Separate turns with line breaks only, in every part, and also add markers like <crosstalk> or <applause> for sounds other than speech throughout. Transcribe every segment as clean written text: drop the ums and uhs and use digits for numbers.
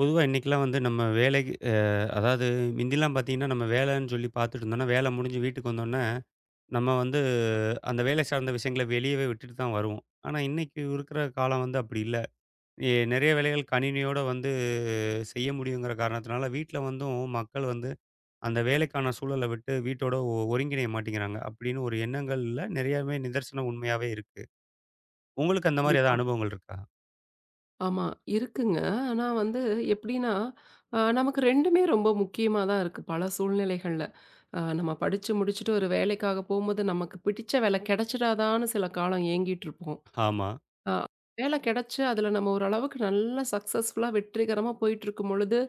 பொதுவா இன்னைக்கெல்லாம் வந்து நம்ம வேலைக்கு அதாவது மிந்திலாம் பார்த்தீங்கன்னா, நம்ம வேலைன்னு சொல்லி பார்த்துட்டு இருந்தோம்னா, வேலை முடிஞ்சு வீட்டுக்கு வந்தோன்னே, நம்ம வந்து அந்த வேலை சார்ந்த விஷயங்கள வெளியவே விட்டுட்டு தான் வருவோம். ஆனா, இன்னைக்கு இருக்கிற காலம் வந்து அப்படி இல்ல. நெறைய வேலைகள் கணினியோட வந்து செய்ய முடியுங்கிற காரணத்தினால, வீட்ல வந்தும் மக்கள் வந்து அந்த வேலைக்கான சூழல விட்டு வீட்டோட ஒருங்கிணைய மாட்டேங்கிறாங்க. அப்படின்னு ஒரு எண்ணங்கள்ல நெறையாவே நிதர்சனம் உண்மையாவே இருக்கு. உங்களுக்கு அந்த மாரி
கண்டிப்பா.
ஏதாவது அனுபவங்கள் இருக்கா?
ஆமா, இருக்குங்க. ஆனா வந்து எப்படின்னா, நமக்கு 2மே ரொம்ப முக்கியமா தான் இருக்கு, பல சூழ்நிலைகள்ல. நம்ம படிச்சு முடிச்சுட்டு ஒரு வேலைக்காக போம்போது, நமக்கு பிடிச்ச வேலை கிடைச்சிடாதான்னு சில காலம் ஏங்கிட்டுருப்போம்.
ஆமா.
அ வேலை கிடைச்சு, அதுல நம்ம ஓரளவுக்கு நல்லா சக்சஸ்ஃபுல்லா, வெற்றிகரமா போயிட்டுருக்கும் பொழுது,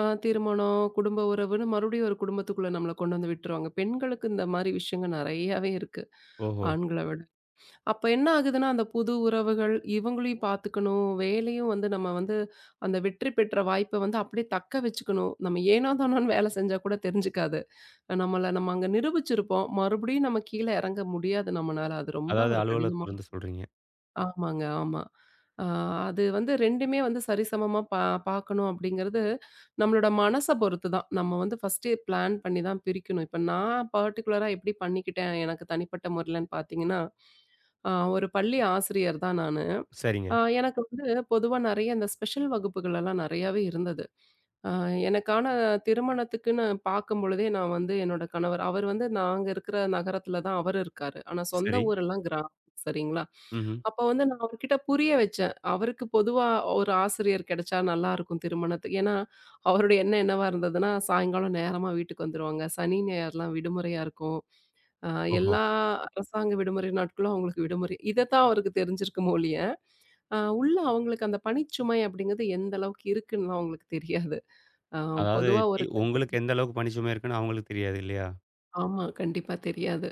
திருமணம், குடும்ப உறவுன்னு மறுபடியும் ஒரு குடும்பத்துக்குள்ள நம்மள கொண்டு வந்து விட்டுருவாங்க. பெண்களுக்கு இந்த மாரி விஷயங்கள் நெறையாவே இருக்கு,
ஓஹோ!
ஆண்கள விட. அப்ப என்ன ஆகுதுன்னா, அந்த புது உறவுகள், இவங்களையும் பார்த்துக்கணும். வேலையும் வந்து நம்ம வந்து அந்த வெற்றி பெற்ற வாய்ப்ப வந்து அப்படியே தக்க வச்சுக்கணும். நம்ம ஏனோ தானோன்னு வேலை செஞ்சா கூட தெரிஞ்சுக்காது. நம்மள நம்ம அங்க நிரூபிச்சிருப்போம். மறுபடியும் நம்ம கீழ இறங்க முடியாது நம்மனால. அது ரொம்ப
அதாவது
ஒரு கடினமான
அலுவலகத்திலருந்து சொல்றீங்க.
ஆமாங்க, ஆமா. ஆ அது வந்து 2மே வந்து சரிசமமா பாக்கணும் அப்படிங்கிறது, நம்மளோட மனச பொறுத்து தான். நம்ம வந்து ஃபர்ஸ்ட்டு பிளான் பண்ணி தான் பிரிக்கணும். இப்ப நான் பர்ட்டிகுலரா எப்படி பண்ணிக்கிட்டேன், எனக்கு தனிப்பட்ட முறையிலன்னு பாத்தீங்கன்னா, ஆ ஒரு பள்ளி ஆசிரியர் தான் நானு.
சரிங்க.
எனக்கு வந்து பொதுவா நெறைய இந்த ஸ்பெஷல் வகுப்புகள் எல்லாம் நெறையாவே இருந்தது. ஆ எனக்கான திருமணத்துக்குன்னு பாக்கும்பொழுதே நான் வந்து என்னோட கணவர் அவர் வந்து நாங்க இருக்கிற நகரத்துல தான் அவர் இருக்காரு. ஆனா சொந்த
சரி.
ஊரெல்லாம் கிராமம். சரிங்களா?
ம்ஹ்ம்.
அப்ப வந்து நான் அவர்கிட்ட புரிய வச்சேன். அவருக்கு பொதுவா ஒரு ஆசிரியர் கிடைச்சா நல்லாருக்கும் திருமணத்துக்கு. ஏன்னா, அவருடைய எண்ணம் என்னவா இருந்ததுன்னா, சாயங்காலம் நேரமா வீட்டுக்கு வந்துருவாங்க. சனி, ஞாயிறுலாம் விடுமுறையா இருக்கும். அ
ஓஹோ!
எல்லா அரசாங்க விடுமுறை நாட்களும் அவங்களுக்கு விடுமுறை. இதத்தான் அவருக்கு தெரிஞ்சிருக்குமோ ஒழிய, உள்ள அவங்களுக்கு அந்த பணிச்சுமை அப்படிங்கிறது எந்த அளவுக்கு இருக்குன்னுலாம் அவங்களுக்கு தெரியாது. அ
அதாவது
பொதுவா ஒரு
உங்களுக்கு எந்த அளவுக்கு பணிச்சுமை இருக்குன்னு அவங்களுக்கு தெரியாது இல்லையா?
ஆமா. கண்டிப்பா தெரியாது.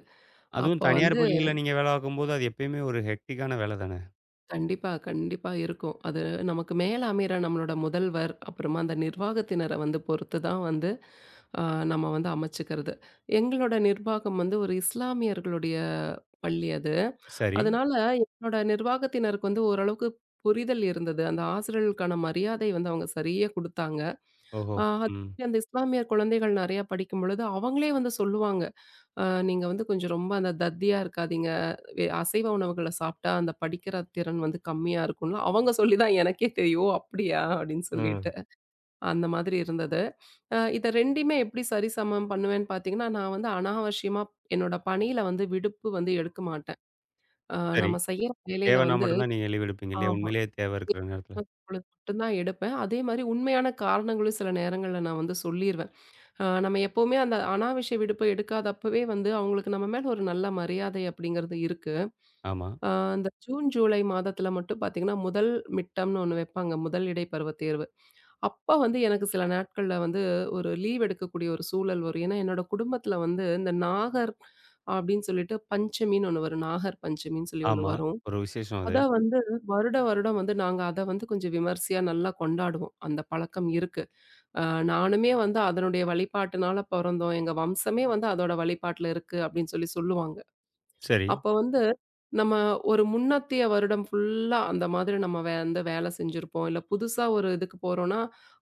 அப்ப
அதுவும் தனியார்
வந்து
பள்ளியில நீங்க வேலை பார்க்கும்போது, அது எப்பயுமே ஒரு ஹெக்டிக்கான வேலை தானே!
கண்டிப்பா, கண்டிப்பா இருக்கும். அது நமக்கு மேல அமையிற நம்மளோட முதல்வர், அப்புறமா அந்த நிர்வாகத்தினர வந்து பொறுத்து தான் வந்து அ நம்ம வந்து அமைச்சுக்கிறது. எங்களோட நிர்வாகம் வந்து ஒரு இஸ்லாமியர்களுடைய பள்ளி அது.
சரி.
அதனால என்னோட நிர்வாகத்தினருக்கு வந்து ஓரளவுக்கு புரிதல் இருந்தது. அந்த ஆசிரியர்களுக்கான மரியாதை வந்து அவங்க சரியா குடுத்தாங்க.
ஓஹோ!
அ
ம்.
அந்த இஸ்லாமிய குழந்தைகள் நெறையா படிக்கும்பொழுது அவங்களே வந்து சொல்லுவாங்க. நீங்க வந்து கொஞ்சம் ரொம்ப அந்த தத்தியா இருக்காதீங்க. அசைவ உணவுகள சாப்பிட்டா அந்த படிக்கிற திறன் வந்து கம்மியா இருக்கும்ல. அவங்க சொல்லி தான் எனக்கே தெரியும். ஓ! அப்படியா? அப்படின்னு
ம்.
சொல்லிட்டு. அந்த மாதிரி இருந்தது. இத 2யுமே எப்படி சரிசமம் பண்ணுவேன்னு பார்த்தீங்கன்னா, நான் வந்து அனாவசியமா என்னோட பணியில வந்து விடுப்பு வந்து எடுக்க மாட்டேன். அ
சரி.
நம்ம செய்யற வேலையில
தேவைன்னா
வந்து
மட்டும் தான் நீங்க லீவ் எடுப்பீங்க இல்லையா?
ஆமா.
உண்மையிலேயே தேவை இருக்கிற நேரத்தில.
பொழுது மட்டும் தான் எடுப்பேன். அதே மாரி உண்மையான காரணங்களும் சில நேரங்கள்ல நான் வந்து சொல்லிருவேன். நம்ம எப்பவுமே அந்த அனாவசிய விடுப்ப எடுக்காதப்பவே வந்து அவங்களுக்கு நம்ம மேல ஒரு நல்ல மரியாதை அப்படிங்கிறது இருக்கு.
ஆமா,
ஆ, அந்த ஜூன், ஜூலை மாதத்தில மட்டும் பார்த்தீங்கன்னா, முதல் மிட் டெர்ம்னு ஒண்ணு வைப்பாங்க. முதல் இடைப்பருவத் தேர்வு. அப்ப வந்து எனக்கு சில நாட்கள்ல வந்து ஒரு லீவ் எடுக்கக்கூடிய ஒரு சூழல் வரும். ஏன்னா, என்னோட குடும்பத்தில வந்து இந்த நாகர் அப்படின்னு சொல்லிட்டு பஞ்சமின்னு ஒண்ணு வரும். நாகர் பஞ்சமின்னு சொல்லி ஒண்ணு
ஆமா.
வரும்.
ஒரு விசேஷம் அது.
அத வந்து வருடம், வருடம் வந்து நாங்க அத வந்து கொஞ்சம் விமர்சையா நல்லா கொண்டாடுவோம். அந்த பழக்கம் இருக்கு. அ நானுமே வந்து அதனுடைய வழிபாட்டுனால பொறந்தோம். எங்க வம்சமே வந்து அதோட வழிபாட்டுல இருக்கு அப்படின்னு சொல்லி சொல்லுவாங்க.
சரி.
அப்ப வந்து, நம்ம ஒரு முன்னத்திய வருடம் ஃபுல்லா அந்த மாதிரி நம்ம வந்து வேலை செஞ்சிருப்போம். இல்ல புதுசா ஒரு இதுக்கு போறோம்னா,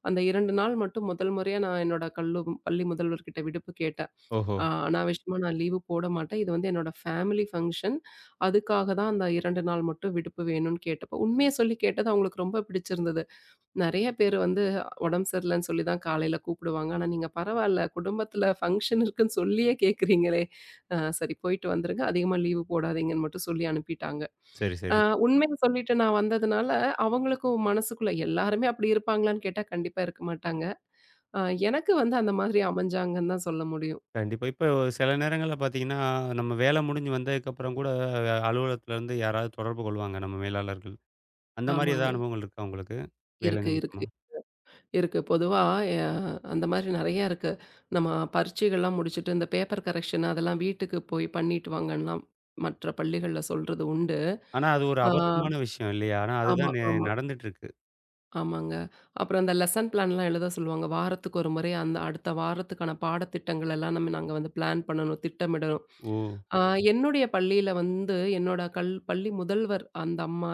அந்த 2 நாள் மட்டும் முதல் முறையா நான் என்னோட பள்ளி முதல்வர்கிட்ட விடுப்பு கேட்டேன்.
ஓஹோ!
அனாவசியமா நான் லீவு போட மாட்டேன். இது வந்து என்னோட ஃபேமிலி ஃபங்ஷன். அதுக்காக தான் அந்த 2 நாள் மட்டும் விடுப்பு வேணும்னு கேட்டப்போ, உண்மைய சொல்லி கேட்டது அவங்களுக்கு ரொம்ப பிடிச்சிருந்தது. நெறைய பேர் வந்து உடம்பு சரியில்லன்னு சொல்லி தான் காலையில கூப்பிடுவாங்க. ஆனா, நீங்க பரவால்ல குடும்பத்தில ஃபங்ஷன் இருக்குன்னு சொல்லியே கேட்கிறீங்களே! சரி போயிட்டு வந்துருங்க. அதிகமா லீவு போடாதீங்கன்னு மட்டும் சொல்லி அனுப்பிட்டாங்க.
சரி,
அ
சரி.
உண்மைய சொல்லிட்டு நான் வந்ததுனால, அவங்களுக்கும் மனசுக்குள்ள எல்லாருமே அப்படி இருப்பாங்களான்னு கேட்டா, கண்டிப்பா இருக்க மாட்டாங்க. அ எனக்கு வந்து அந்த மாதிரி அமைஞ்சாங்கன்னு தான் சொல்ல முடியும்.
கண்டிப்பா. இப்ப சில நேரங்கள்ல பார்த்தீங்கன்னா, நம்ம வேலை முடிஞ்சு வந்ததுக்கப்புறம் கூட அலுவலகத்திலேருந்து யாராவது தொடர்பு கொள்வாங்க, நம்ம மேலாளர்கள். அந்த மாரி
ஆமாங்க.
ஏதாவது அனுபவங்கள் இருக்கா உங்களுக்கு? வேலை
இருக்கு,
நிமித்தமா?
இருக்கு. இருக்கு. பொதுவா எ அந்த மாரி நெறையா இருக்கு. நம்ம பரீட்சைகள்லாம் முடிச்சுட்டு, இந்த பேப்பர் கரெக்ஷன் அதெல்லாம் வீட்டுக்கு போய் பண்ணிட்டு வாங்கலாம் மற்ற பள்ளிகள்ல சொல்றது உண்டு.
ஆனா, அது ஒரு
ஆ
அபத்தமான விஷயம் இல்லையா? ஆனா,
ஆமா,
அதுதான்
ஆமா,
நடந்துட்டு இருக்கு.
ஆமாங்க. அப்புறம் அந்த லெசன் பிளான்லாம் எழுத சொல்லுவாங்க. வாரத்துக்கு ஒரு முறை அந்த அடுத்த வாரத்துக்கான பாடத்திட்டங்கள் எல்லாம் நம்ம நாங்க வந்து பிளான் பண்ணணும், திட்டமிடணும்.
ஓ!
ஆ என்னுடைய பள்ளியில வந்து என்னோட பள்ளி முதல்வர் அந்த அம்மா,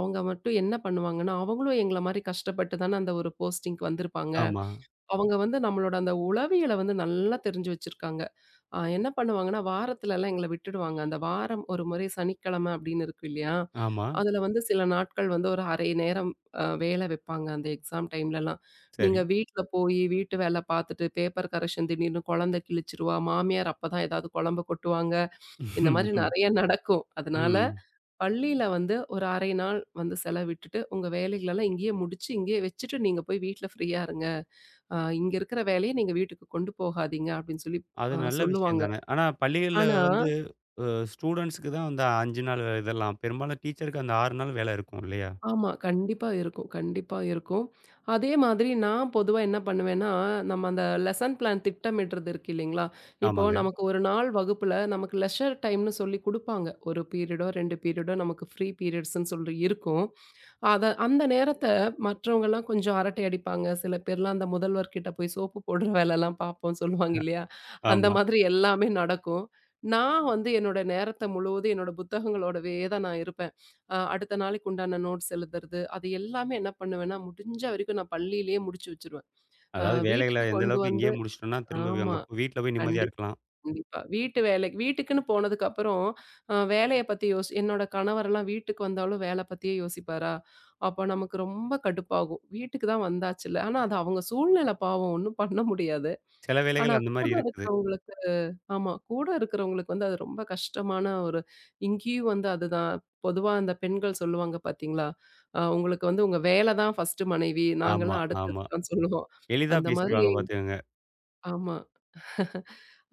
அவங்க மட்டும் என்ன பண்ணுவாங்கன்னா, அவங்களும் எங்கள மாரி கஷ்டப்பட்டு தானே அந்த ஒரு போஸ்டிங்க்கு வந்திருப்பாங்க.
ஆமா,
அவங்க வந்து நம்மளோட அந்த உளவியல வந்து நல்லா தெரிஞ்சு வச்சிருக்காங்க. என்ன பண்ணுவாங்கன்னா, வாரத்துலலாம் எங்கள விட்டுடுவாங்க. அந்த வாரம் ஒரு முறை சனிக்கிழமை அப்படின்னு இருக்கு இல்லையா?
ஆமா.
அதுல வந்து சில நாட்கள் வந்து ஒரு 1/2 நேரம் வேலை வைப்பாங்க. அந்த எக்ஸாம் டைம்லலாம். நீங்க
சரி.
வீட்ல போயி வீட்டு வேலை பார்த்துட்டு, பேப்பர் கரெக்ஷன் திடீர்னு குழந்தை கிழிச்சிருவா, மாமியார் அப்பதான் ஏதாவது குழம்ப கொட்டுவாங்க. இந்த
<laughs>
மாரி
ம்.
நெறைய நடக்கும். அதனால
ம்.
பள்ளியில வந்து ஒரு 1/2 நாள் வந்து செலவிட்டுட்டு, உங்க வேலைகளெல்லாம் இங்கேயே முடிச்சு, இங்கேயே வச்சுட்டு நீங்க போய் வீட்ல ஃப்ரீயா இருங்க. இங்க இருக்கிற வேலைய நீங்க வீட்டுக்கு கொண்டு போகாதீங்க அப்படின்னு சொல்லி
அது நல்ல விஷயம்
சொல்லுவாங்க.
தானே! ஆனா, பள்ளிகள்ல
ஆனா
வந்து அ ஸ்டூடண்ட்ஸ்க்கு தான் அந்த 5 நாள் வே- இதெல்லாம். பெரும்பாலும் டீச்சருக்கு அந்த 6 நாள் வேலை இருக்கும் இல்லையா?
ஆமா. கண்டிப்பா இருக்கும், கண்டிப்பா இருக்கும். அதே மாதிரி நான் பொதுவா என்ன பண்ணுவேன்னா, நம்ம அந்த லெசன் பிளான் திட்டமிடுறது இருக்கு இல்லைங்களா? இப்போ
ஆமாங்க.
நமக்கு ஒரு நாள் வகுப்புல நமக்கு லெஷர் டைம்னு சொல்லி குடுப்பாங்க. ஒரு பீரியடோ, 2 பீரியடோ நமக்கு ஃப்ரீ பீரியட்ஸ்ன்னு சொல்லி இருக்கும். அத அந்த நேரத்த மற்றவங்கலாம் கொஞ்சம் அரட்டை அடிப்பாங்க. சில பேர்லாம் அந்த முதல்வர் கிட்ட போய் சோப்பு போடுற வேலைலாம் பார்ப்போம் சொல்லுவாங்க இல்லையா? அந்த
ஆமா.
மாதிரி எல்லாமே நடக்கும். நான் வந்து என்னோட நேரத்த முழுவதும் என்னோட புத்தகங்களோடவே தான் நான் இருப்பேன். அடுத்த நாளைக்கு உண்டான நோட்ஸ் எழுதுறது, அது எல்லாமே என்ன பண்ணுவேன்னா, முடிஞ்ச வரைக்கும் நான் பள்ளியிலேயே முடிச்சு வச்சுருவேன். அ
அதாவது வேலைகள
வீட்டுக்கு
எந்த
கொண்டு
அளவுக்கு
வந்து
இங்கேயே முடிச்சுட்டோம்னா, திரும்ப வி-
ஆமா.
அங்க வீட்ல போய் நிம்மதியா
கண்டிப்பா.
இருக்கலாம்.
கண்டிப்பா. வீட்டு வேலை வீட்டுக்குன்னு போனதுக்கப்புறம், வேலைய பத்தி என்னோட கணவரெல்லாம் வீட்டுக்கு வந்தாலும் வேல பத்தியே யோசிப்பாரா? அப்ப நமக்கு ரொம்ப கடுப்பாகும். வீட்டுக்கு தான் வந்தாச்சுல்ல. ஆனா அது அவங்க சூழ்நிலை பாவம் ஒண்ணும் பண்ண முடியாது.
சில
ஆனா
வேலைகள் அந்த மாரி
கூட
இருக்குது.
இருக்கிறவங்களுக்கு ஆமா. கூட இருக்கிறவங்களுக்கு வந்து அது ரொம்ப கஷ்டமான ஒரு இங்கேயும் வந்து அதுதான். பொதுவா அந்த பெண்கள் சொல்லுவாங்க பார்த்தீங்களா? உங்களுக்கு வந்து உங்க வேல தான் 1 மனைவி.
ஆமா,
நாங்கலாம் அடுத்தது
ஆமா.
தான் சொல்லுவோம்.
எளிதா
அந்த மாதிரி
பேசிருவாங்க பாத்துக்கங்க.
ஆமா.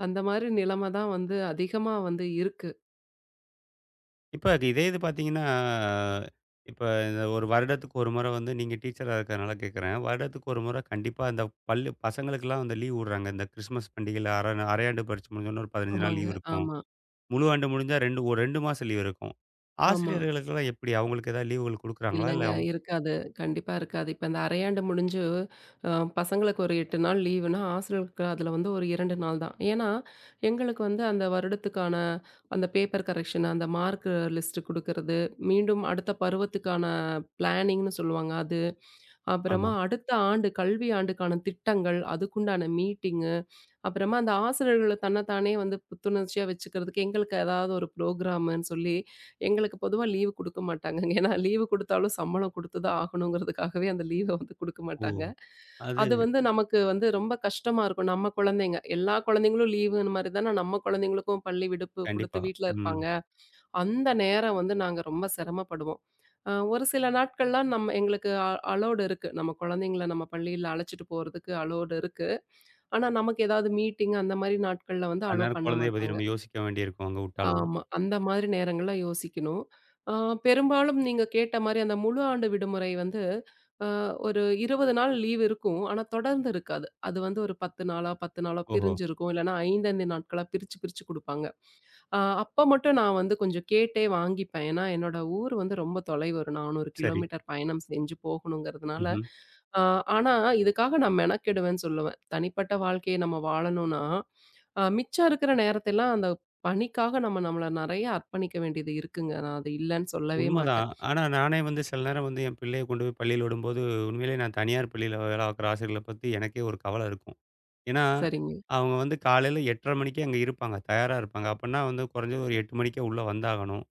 அந்த மாதிரி நிலைமை தான் வந்து அதிகமா வந்து இருக்கு.
இப்ப அது இது பார்த்தீங்கன்னா, இப்ப இந்த ஒரு வருடத்துக்கு ஒரு முறை வந்து நீங்க டீச்சரா இருக்கிறனால கேட்கிறேன். வருடத்துக்கு ஒரு முறை கண்டிப்பா அந்த பள்ளி பசங்களுக்கெல்லாம் வந்து லீவ் விடுறாங்க. இந்த கிறிஸ்மஸ் பண்டிகையில அரையாண்டு பரீட்சை முடிஞ்சோனே ஒரு 15 நாள்
ஆமாங்க.
லீவ் இருக்கும்.
ஆமா,
முழு ஆண்டு முடிஞ்சா 2 மாசம் லீவ் இருக்கும்.
ஆமா.
ஆசிரியர்களுக்கெல்லாம் எப்படி? அவங்களுக்கு ஏதாவது லீவுகள் குடுக்குறாங்களா? இல்ல
இல்லங்க.
அவங்க
இருக்காது. கண்டிப்பா இருக்காது. இப்ப இந்த அரையாண்டு முடிஞ்சு அ பசங்களுக்கு ஒரு 8 நாள் லீவுனா, ஆசிரியர்களுக்கு அதுல வந்து ஒரு 2 நாள் தான். ஏன்னா, எங்களுக்கு வந்து அந்த வருடத்துக்கான அந்த பேப்பர் கரெக்ஷன், அந்த மார்க் லிஸ்ட் குடுக்கறது, மீண்டும் அடுத்த பருவத்துக்கான பிளானிங்ன்னு சொல்லுவாங்க அது.
ஆமா.
அப்புறமா அடுத்த ஆண்டு கல்வி ஆண்டுக்கான திட்டங்கள், அதுக்குண்டான மீட்டிங் அப்புறமா அந்த ஆசிரியர்கள தன்னத்தானே வந்து புத்துணர்ச்சியா வச்சுக்கிறதுக்கு, எங்களுக்கு ஏதாவது ஒரு புரோகிராம்ன்னு சொல்லி, எங்களுக்கு பொதுவா லீவு குடுக்க மாட்டாங்கங்க. ஏன்னா லீவு குடுத்தாலும் சம்பளம் குடுத்து தான் ஆகணுங்கிறதுக்காகவே அந்த லீவ வந்து குடுக்க
ஓ!
மாட்டாங்க.
அது
அது வந்து நமக்கு வந்து ரொம்ப கஷ்டமா இருக்கும். நம்ம குழந்தைங்க, எல்லா குழந்தைங்களும் லீவுன்னு மாரி தானே நம்ம குழந்தைங்களுக்கும் பள்ளி விடுப்பு குடுத்து
கண்டிப்பா.
வீட்ல
ம்.
இருப்பாங்க. அந்த நேரம் வந்து நாங்க ரொம்ப சிரமப்படுவோம். ஒரு சில நாட்கள்லாம் நம்ம எங்களுக்கு அலோவ்டு இருக்கு. நம்ம குழந்தைங்கள நம்ம பள்ளியில அழைச்சிட்டு போறதுக்கு அலோவ்டு இருக்கு. ஆனா, நமக்கு ஏதாவது மீட்டிங் அந்த மாரி நாட்கள்ல வந்து அலோவ்
அந்நேரம்
பண்ண
குழந்தைய பத்தி
மாட்டாங்க.
நம்ம யோசிக்க வேண்டியிருக்கும் அங்க விட்டாலும்.
ஆமா. அந்த மாதிரி நேரங்கள்ல யோசிக்கணும். ஆ பெரும்பாலும் நீங்க கேட்ட மாரி அந்த முழு ஆண்டு விடுமுறை வந்து அ ஒரு 20 நாள் லீவ் இருக்கும். ஆனா, தொடர்ந்து இருக்காது. அது வந்து ஒரு 10 நாளா, 10 நாளா
ஓஹோ!
பிரிஞ்சிருக்கும். இல்லன்னா 5, 5 நாட்களா பிரிச்சு, பிரிச்சு குடுப்பாங்க. அப்ப மட்டும் நான் வந்து கொஞ்சம் கேட்டே வாங்கிப்பேன். ஏன்னா, என்னோட ஊர் வந்து ரொம்ப தொலைவு. ஒரு 400
சரி.
கிலோமீட்டர் பயணம் செஞ்சு போகணுங்கிறதுனால,
ம்ஹ்ம்.
ஆ ஆனா இதுக்காக நான் மெனக்கெடுவேன்னு சொல்லுவேன். தனிப்பட்ட வாழ்க்கைய நம்ம வாழணும்னா, மிச்சம் இருக்கிற நேரத்தெல்லாம் அந்த பணிக்காக நம்ம நம்மள நெறைய அர்ப்பணிக்க வேண்டியது இருக்குங்க. நான் அது இல்லன்னு சொல்லவே
உண்மதான்.
மாட்டேன்.
ஆனா நானே வந்து சில நேரம் வந்து என் பிள்ளைய கொண்டு போய் பள்ளியில விடும்போது, உண்மையிலேயே நான் தனியார் பள்ளியில வேலை பார்க்குற ஆசிரியர்கள பத்தி எனக்கே ஒரு கவலை இருக்கும். ஏன்னா,
சரிங்க.
அவங்க வந்து காலையில 8:30 மணிக்கே அங்க இருப்பாங்க. தயாரா இருப்பாங்க. அப்பன்னா வந்து குறைஞ்சது ஒரு 8 மணிக்கே உள்ள வந்தாகணும்.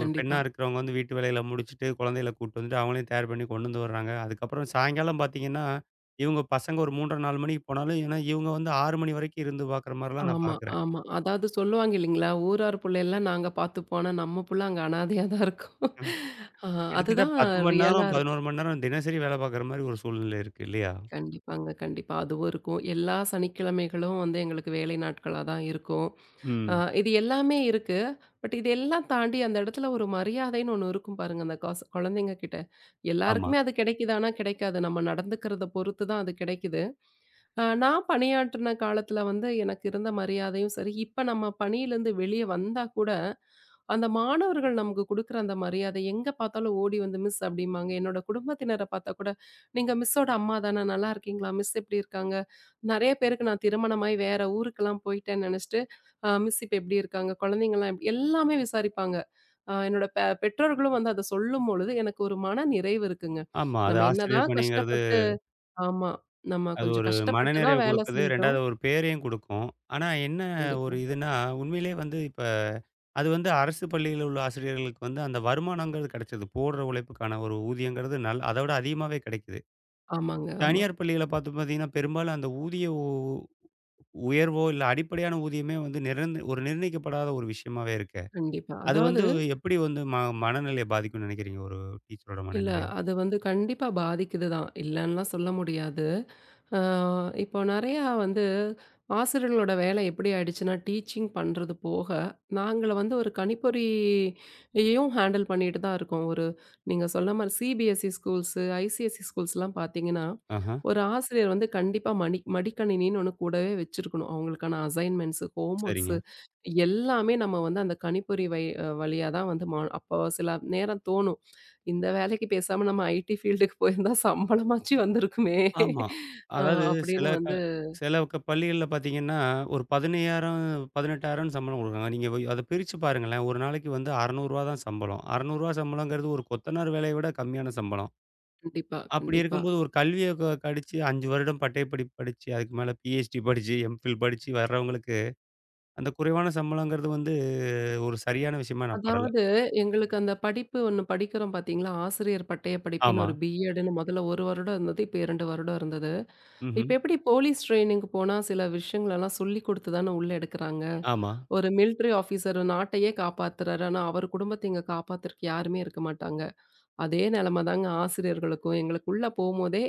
ஒரு பெண்ணா இருக்கிறவங்க வந்து வீட்டு வேலைகள முடிச்சுட்டு, குழந்தைகள கூட்டு வந்துட்டு, அவங்களையும் தயார் பண்ணி கொண்டு வந்து வர்றாங்க. அதுக்கப்புறம் சாயங்காலம் பார்த்தீங்கன்னா, இவங்க பசங்க ஒரு 3:30, 4 மணிக்கு போனாலும், ஏன்னா இவங்க வந்து 6 மணி வரைக்கும் இருந்து பார்க்குற மாரிலாம் நான்
ஆமா,
பார்க்குறேன்.
ஆமா. அதாவது சொல்லுவாங்க இல்லைங்களா? ஊரார் புள்ளையெல்லாம் நாங்க பார்த்துப்போம். ஆனா நம்ம புள்ள அங்க அனாதையா தான் இருக்கும். ஆ
கிட்டத்தட்ட
அதுதான்
10 மணி
ரியலா
நேரம்,
இருக்கு.
11 மணி நேரம் தினசரி வேலை பார்க்குற மாரி ஒரு சூழ்நிலை இருக்கு இல்லையா?
கண்டிப்பாங்க, கண்டிப்பா. அதுவும் இருக்கும். எல்லா சனிக்கிழமைகளும் வந்து எங்களுக்கு வேலை நாட்களா தான் இருக்கும். அ
ம்.
இது எல்லாமே இருக்கு. பட் இது எல்லாம் தாண்டி அந்த இடத்துல ஒரு மரியாதைன்னு ஒண்ணு இருக்கும் பாருங்க, அந்த காசு குழந்தைங்க கிட்ட.
ஆமா,
எல்லாருக்குமே அது கிடைக்குதான்னா கிடைக்காது. நம்ம நடந்துக்கிறத பொறுத்து தான் அது கிடைக்குது. நான் பணியாற்றின காலத்துல வந்து எனக்கு இருந்த மரியாதையும் சரி, இப்ப நம்ம பணியிலேருந்து வெளிய வந்தா கூட அந்த மாணவர்கள் நமக்கு குடுக்குற அந்த மரியாதை எங்க பார்த்தாலும் ஓடி வந்து மிஸ் அப்படிம்பாங்க. என்னோட குடும்பத்தினர பார்த்தா கூட, "நீங்க மிஸ்ஸோட அம்மா தான? நல்லா இருக்கீங்களா? மிஸ் எப்படி இருக்காங்க?" நெறைய பேருக்கு நான் திருமணமாயி வேற ஊருக்கெல்லாம் போயிட்டேன்னு நெனச்சுட்டு, மிஸ் இப்ப எப்படி இருக்காங்க? குழந்தைங்கலாம் எப்" எல்லாமே விசாரிப்பாங்க. என்னோட பெற்றோர்களும் வந்து அத சொல்லும்பொழுது எனக்கு ஒரு மன நிறைவு இருக்குங்க.
ஆமா. அது
நம்ம
ஆசிரியர்
என்னதான்
பணிங்கிறது,
கஷ்டப்பட்டு ஆமா. நம்ம
அது
கொஞ்சம்
ஒரு
கஷ்டப்பட்டு தான்
மனநிறைவு
வேல
குடுக்குது.
செஞ்சோம்.
2வது ஒரு பேரையும் குடுக்கும். ஆனா என்ன ஒரு
கண்டிப்பா.
இதுன்னா, உண்மையிலேயே வந்து இப்ப அது வந்து அரசு பள்ளியில உள்ள ஆசிரியர்களுக்கு வந்து அந்த வருமானங்கிறது கிடைச்சது. போடுற உழைப்புக்கான ஒரு ஊதியங்கிறது நல் அத விட அதிகமாவே கிடைக்குது.
ஆமாங்க, ஆமா.
தனியார் பள்ளியில பாத்து பாத்தீங்கன்னா, பெரும்பாலும் அந்த ஊதிய உ உயர்வோ, இல்ல அடிப்படையான ஊதியமே வந்து ஒரு நிர்ணயிக்கப்படாத ஒரு விஷயமாவே இருக்கே.
கண்டிப்பா.
அது
அதாவது
வந்து எப்படி வந்து மனநிலைய பாதிக்கும்னு நெனைக்கிறீங்க? ஒரு டீச்சரோட
இல்ல.
மனநிலைய?
அது வந்து கண்டிப்பா பாதிக்குது தான். இல்லன்னுலாம் சொல்ல முடியாது. அ இப்போ நெறையா வந்து ஆசிரியர்களோட வேலை எப்படி ஆயிடுச்சுன்னா, டீச்சிங் பண்றது போக, நாங்கள வந்து ஒரு கணிப்பொறியையும் ஹேண்டில் பண்ணிட்டு தான் இருக்கோம். ஒரு நீங்க சொன்ன மாரி சிபிஎஸ்இ ஸ்கூல்ஸு, ஐசிஎஸ்இ ஸ்கூல்ஸ்லாம் பார்த்தீங்கன்னா,
ஆஹ.
ஒரு ஆசிரியர் வந்து கண்டிப்பா மடி மடிக்கணினின்னு ஒண்ணு கூடவே வச்சிருக்கணும். அவங்களுக்கான அசைன்மென்ட்ஸ், ஹோம் ஒர்க்ஸ்
சரிங்க.
எல்லாமே நம்ம வந்து அந்த கணிப்பொறி வழியா தான் வந்து அப்போ சில நேரம் தோணும். இந்த வேலைக்கு பேசாம நம்ம ஐடி ஃபீல்டுக்கு போயிருந்தா சம்பளமாச்சும் வந்திருக்குமே!
ஆமா.
அ
அதாவது சில
அப்படின்னு
க
வந்து
சில பள்ளிகள்ல பார்த்தீங்கன்னா, ஒரு 15,000, 18,000ன்னு சம்பளம் குடுக்குறாங்க. நீங்க அத பிரிச்சு பாருங்களேன். ஒரு நாளைக்கு வந்து ரூ. 600 தான் சம்பளம். ரூ. 600 சம்பளங்கிறது ஒரு கொத்தனார் வேலைய விட கம்மியான சம்பளம்.
கண்டிப்பா,
அப்படி
கண்டிப்பா.
இருக்கும்போது ஒரு கல்விய கடிச்சு 5 வருடம் பட்டயப்படிப்பு படிச்சு, அதுக்கு மேல பிஹெச்டி படிச்சு, எம்ஃபில் படிச்சு வர்றவங்களுக்கு, அந்த குறைவான சம்பளங்கிறது வந்து ஒரு சரியான விஷயமா நான் படல.
அதாவது எங்களுக்கு அந்த படிப்பு ஒண்ணு படிக்கிறோம் பார்த்தீங்களா? ஆசிரியர் பட்டய படிப்புன்னு
ஆமா.
ஒரு பி.எட்ன்னு முதல்ல 1 வருடம் இருந்தது. இப்ப 2 வருடம் இருந்தது. இப்ப
ம்ஹ்ம்.
எப்படி போலீஸ் ட்ரெய்னிங்க்கு போனா சில விஷயங்களெல்லாம் சொல்லிக் குடுத்து தானே உள்ள எடுக்குறாங்க.
ஆமா.
ஒரு மிலிட்டரி ஆஃபீசர் நாட்டையே காப்பாத்துறாரு. ஆனா, அவர் குடும்பத்த இங்க காப்பாத்துறக்கு யாருமே இருக்க மாட்டாங்க. அதே நிலைமை தாங்க ஆசிரியர்களுக்கும். எங்களுக்குள்ள போம்போதே,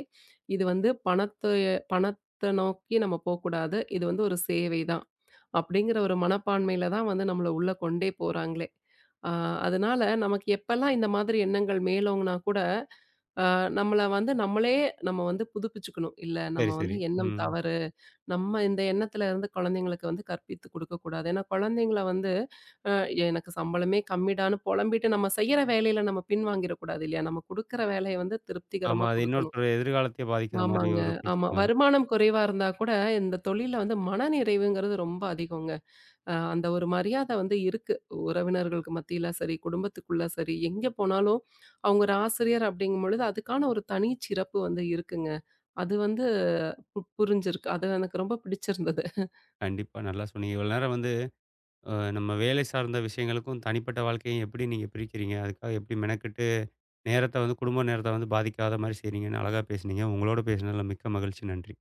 இது வந்து பணத்த பணத்த நோக்கி நம்ம போக்கூடாது. இது வந்து ஒரு சேவை தான். அப்படிங்கிற ஒரு மனப்பான்மையில தான் வந்து நம்மள உள்ள கொண்டே போறாங்களே. ஆ அதனால நமக்கு எப்பல்லாம் இந்த மாதிரி எண்ணங்கள் மேலோங்குனா கூட, அ நம்மள வந்து நம்மளே நம்ம வந்து புதுப்பிச்சுக்கணும். இல்ல நம்ம
சரி,
வந்து
சரி.
எண்ணம்
ம்.
தவறு. நம்ம இந்த எண்ணத்துல இருந்து குழந்தைங்களுக்கு வந்து கற்பித்து குடுக்கக்கூடாது. ஏன்னா குழந்தைங்கள வந்து அ எனக்கு சம்பளமே கம்மிடான்னு புலம்பிட்டு நம்ம செய்யற வேலையில நம்ம பின்வாங்கிடக்கூடாது இல்லையா? நம்ம குடுக்குற வேலைய வந்து
ஆமா.
திருப்திகரமா
அது
குடுக்கணும்.
இன்னொருத்தருடைய எதிர்காலத்தையே பாதிக்கிற மாரி
ஆமாங்க.
ஒரு
ஆமா.
பிரச்சனை வரும்.
வருமானம் குறைவா இருந்தா கூட இந்த தொழில்ல வந்து மனநிறைவுங்கிறது ரொம்ப அதிகங்க. அந்த ஒரு மரியாதை வந்து இருக்கு. உறவினர்களுக்கு மத்தியில சரி, குடும்பத்துக்குள்ள சரி, எங்க போனாலும் அவங்க ஒரு ஆசிரியர் அப்படிங்கும்பொழுது, அதுக்கான ஒரு தனி சிறப்பு வந்து இருக்குங்க. அது வந்து புரிஞ்சிருக்கு. அது எனக்கு ரொம்ப பிடிச்சிருந்தது.
கண்டிப்பா. நல்லா சொன்னீங்க. இவ்வளோ நேரம் வந்து நம்ம வேலை சார்ந்த விஷயங்களுக்கும், தனிப்பட்ட வாழ்க்கையும் எப்படி நீங்க பிரிக்கிறீங்க? அதுக்காக எப்படி மெனக்கெட்டு நேரத்த வந்து குடும்ப நேரத்த வந்து பாதிக்காத மாரி செய்றீங்கன்னு அழகா பேசுனீங்க. உங்களோட பேசினதுல மிக்க மகிழ்ச்சி. நன்றி.